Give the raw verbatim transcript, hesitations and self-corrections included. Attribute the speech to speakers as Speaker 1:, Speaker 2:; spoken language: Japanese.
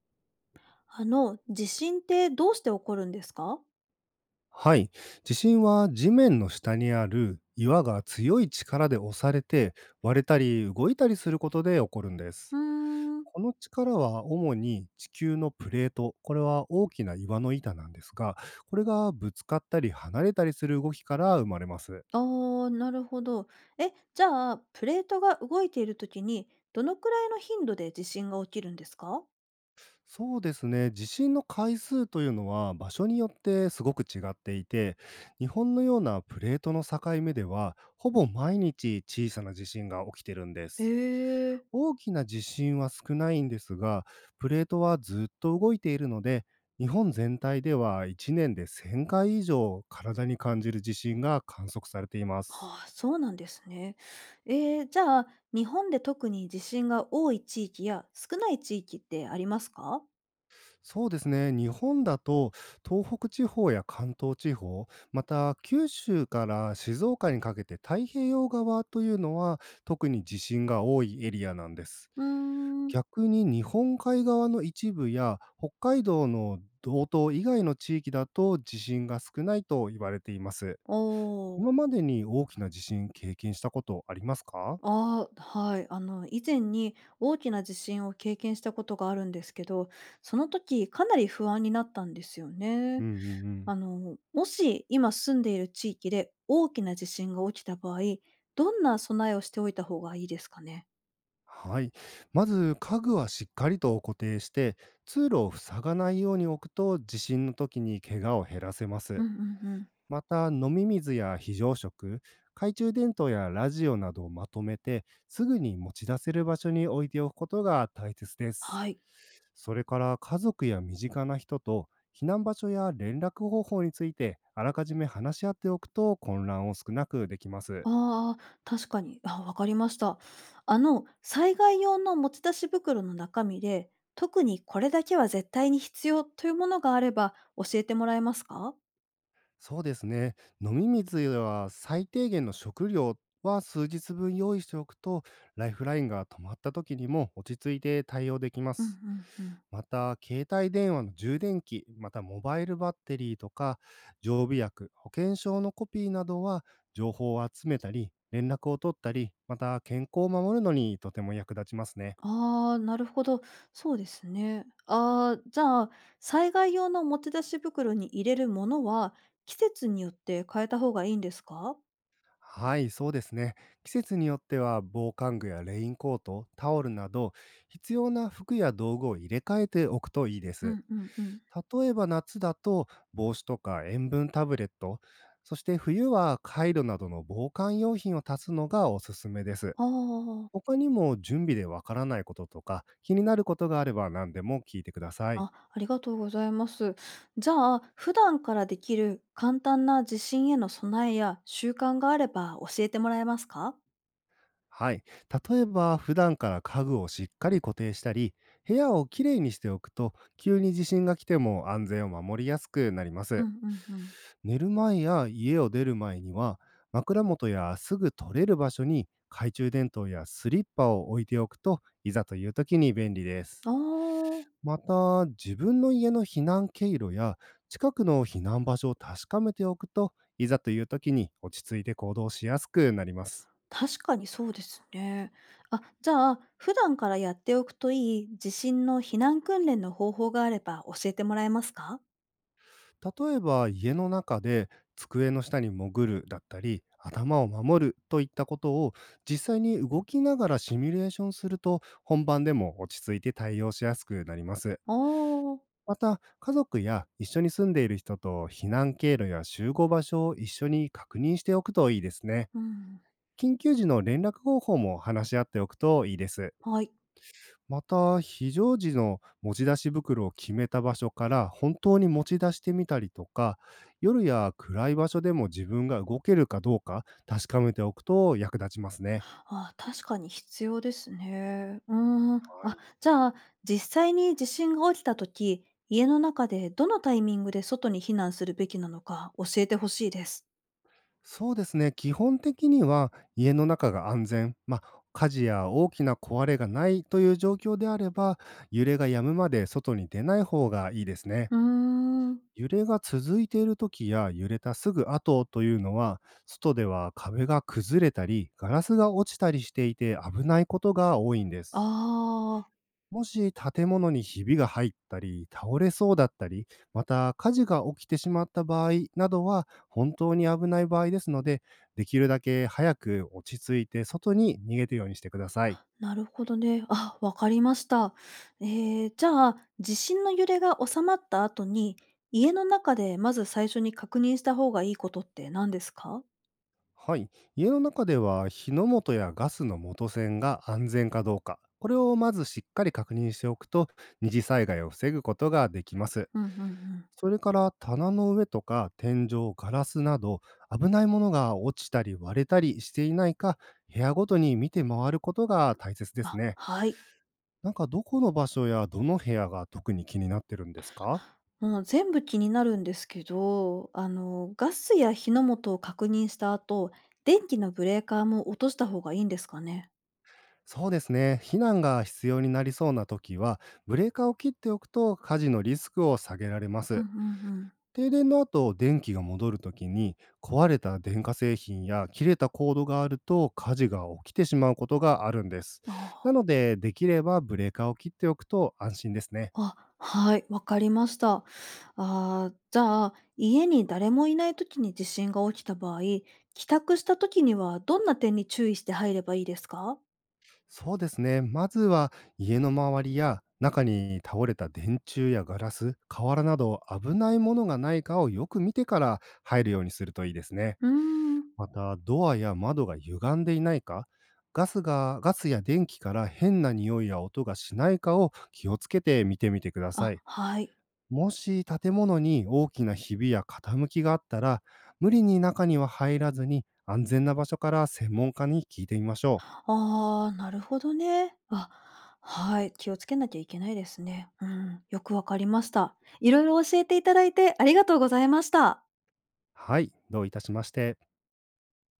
Speaker 1: あの、地震ってどうして起こるんですか？
Speaker 2: はい。地震は地面の下にある岩が強い力で押されて割れたり動いたりすることで起こるんで
Speaker 1: う
Speaker 2: す。
Speaker 1: ーん。
Speaker 2: この力は主に地球のプレート、これは大きな岩の板なんですが、これがぶつかったり離れたりする動きから生まれます。
Speaker 1: ああ、なるほど。え、じゃあ、プレートが動いているときに、どのくらいの頻度で地震が起きるんですか？
Speaker 2: そうですね、地震の回数というのは場所によってすごく違っていて、日本のようなプレートの境目では、ほぼ毎日小さな地震が起きてるんで
Speaker 1: へ
Speaker 2: す。
Speaker 1: え。
Speaker 2: 大きな地震は少ないんですが、プレートはずっと動いているので、日本全体ではいちねんでせんかい以上体に感じる地震が観測されています。
Speaker 1: はあ、そうなんですね。えー、じゃあ、日本で特に地震が多い地域や少ない地域ってありますか？
Speaker 2: そうですね、日本だと東北地方や関東地方、また九州から静岡にかけて太平洋側というのは特に地震が多いエリアなんです。
Speaker 1: うーん。
Speaker 2: 逆に日本海側の一部や北海道の道東以外の地域だと地震が少ないと言われています。
Speaker 1: おー。
Speaker 2: 今までに大きな地震経験したことありますか？
Speaker 1: ああ、はい。あの、以前に大きな地震を経験したことがあるんですけど、その時かなり不安になったんですよ
Speaker 2: う
Speaker 1: ね。
Speaker 2: んうんうん。
Speaker 1: あの、もし今住んでいる地域で大きな地震が起きた場合、どんな備えをしておいた方がいいですかね？
Speaker 2: はい。まず家具はしっかりと固定して通路を塞がないように置くと地震の時に怪我を減らせま
Speaker 1: う
Speaker 2: す。
Speaker 1: んうんうん。
Speaker 2: また飲み水や非常食、懐中電灯やラジオなどをまとめてすぐに持ち出せる場所に置いておくことが大切です。
Speaker 1: はい。
Speaker 2: それから家族や身近な人と避難場所や連絡方法についてあらかじめ話し合っておくと混乱を少なくできます。
Speaker 1: ああ、確かに。あ、わかりました。あの、災害用の持ち出し袋の中身で、特にこれだけは絶対に必要というものがあれば教えてもらえますか？
Speaker 2: そうですね。飲み水や最低限の食料は数日分用意しておくと、ライフラインが止まった時にも落ち着いて対応できま
Speaker 1: うん
Speaker 2: す。
Speaker 1: うんうん。
Speaker 2: また、携帯電話の充電器、またモバイルバッテリーとか、常備薬、保険証のコピーなどは、情報を集めたり、連絡を取ったり、また健康を守るのにとても役立ちますね。
Speaker 1: ああ、なるほど。そうですね。ああ、じゃあ、災害用の持ち出し袋に入れるものは、季節によって変えた方がいいんですか？
Speaker 2: はい、そうですね。季節によっては防寒具やレインコート、タオルなど必要な服や道具を入れ替えておくといいで
Speaker 1: う
Speaker 2: す。
Speaker 1: んうんうん。
Speaker 2: 例えば夏だと帽子とか塩分タブレット、そして冬はカイロなどの防寒用品を足すのがおすすめです。
Speaker 1: ああ、
Speaker 2: 他にも準備でわからないこととか気になることがあれば何でも聞いてください。
Speaker 1: あ、ありがとうございます。じゃあ、普段からできる簡単な地震への備えや習慣があれば教えてもらえますか？
Speaker 2: はい。例えば、普段から家具をしっかり固定したり、部屋をきれいにしておくと、急に地震が来ても安全を守りやすくなりま
Speaker 1: う
Speaker 2: す。
Speaker 1: んうんうん。
Speaker 2: 寝る前や家を出る前には、枕元やすぐ取れる場所に懐中電灯やスリッパを置いておくと、いざという時に便利です。
Speaker 1: ああー。
Speaker 2: また、自分の家の避難経路や近くの避難場所を確かめておくと、いざという時に落ち着いて行動しやすくなります。
Speaker 1: 確かにそうですね。あ、じゃあ、普段からやっておくといい地震の避難訓練の方法があれば教えてもらえますか？
Speaker 2: 例えば家の中で机の下に潜るだったり、頭を守るといったことを実際に動きながらシミュレーションすると、本番でも落ち着いて対応しやすくなります。
Speaker 1: あー。
Speaker 2: また家族や一緒に住んでいる人と避難経路や集合場所を一緒に確認しておくといいですね。
Speaker 1: うん。
Speaker 2: 緊急時の連絡方法も話し合っておくといいです。
Speaker 1: はい。
Speaker 2: また、非常時の持ち出し袋を決めた場所から本当に持ち出してみたりとか、夜や暗い場所でも自分が動けるかどうか確かめておくと役立ちますね。
Speaker 1: あ、確かに必要ですね。うーん。
Speaker 2: は
Speaker 1: あ、
Speaker 2: い。
Speaker 1: じゃあ、実際に地震が起きたとき、家の中でどのタイミングで外に避難するべきなのか教えてほしいです。
Speaker 2: そうですね。基本的には家の中が安全、まあ、火事や大きな壊れがないという状況であれば、揺れが止むまで外に出ない方がいいですね。
Speaker 1: うーん。
Speaker 2: 揺れが続いている時や揺れたすぐ後というのは、外では壁が崩れたり、ガラスが落ちたりしていて危ないことが多いんで
Speaker 1: あ
Speaker 2: す。
Speaker 1: あ。
Speaker 2: もし建物にひびが入ったり、倒れそうだったり、また火事が起きてしまった場合などは本当に危ない場合ですので、できるだけ早く落ち着いて外に逃げるようにしてください。
Speaker 1: なるほどね。あ、わかりました。えー、じゃあ、地震の揺れが収まった後に、家の中でまず最初に確認した方がいいことって何ですか？
Speaker 2: はい。家の中では火の元やガスの元栓が安全かどうか、これをまずしっかり確認しておくと、二次災害を防ぐことができます。
Speaker 1: うんうんうん。
Speaker 2: それから棚の上とか天井、ガラスなど危ないものが落ちたり割れたりしていないか、部屋ごとに見て回ることが大切です
Speaker 1: あ、
Speaker 2: ね。
Speaker 1: はい。
Speaker 2: なんかどこの場所やどの部屋が特に気になってるんですか？
Speaker 1: もう全部気になるんですけど、あの、ガスや火の元を確認した後、電気のブレーカーも落とした方がいいんですかね？
Speaker 2: そうですね。避難が必要になりそうな時は、ブレーカーを切っておくと火事のリスクを下げられま
Speaker 1: うん
Speaker 2: す。
Speaker 1: うんうん。
Speaker 2: 停電の後、電気が戻るときに、壊れた電化製品や切れたコードがあると火事が起きてしまうことがあるんです。
Speaker 1: あ
Speaker 2: なので、できればブレーカーを切っておくと安心ですね。
Speaker 1: あ、はい、わかりました。ああ、じゃあ、家に誰もいない時に地震が起きた場合、帰宅した時にはどんな点に注意して入ればいいですか？
Speaker 2: そうですね。まずは家の周りや中に倒れた電柱やガラス、瓦など危ないものがないかをよく見てから入るようにするといいですね。
Speaker 1: うーん。
Speaker 2: また、ドアや窓が歪んでいないか、ガスが、ガスや電気から変な匂いや音がしないかを気をつけて見てみてくださ
Speaker 1: あ、
Speaker 2: い。
Speaker 1: はい。
Speaker 2: もし建物に大きなひびや傾きがあったら、無理に中には入らずに安全な場所から専門家に聞いてみましょう。
Speaker 1: ああ、なるほどね。あ、はい。気をつけなきゃいけないですね。うん。よくわかりました。いろいろ教えていただいてありがとうございました。
Speaker 2: はい、どういたしまして。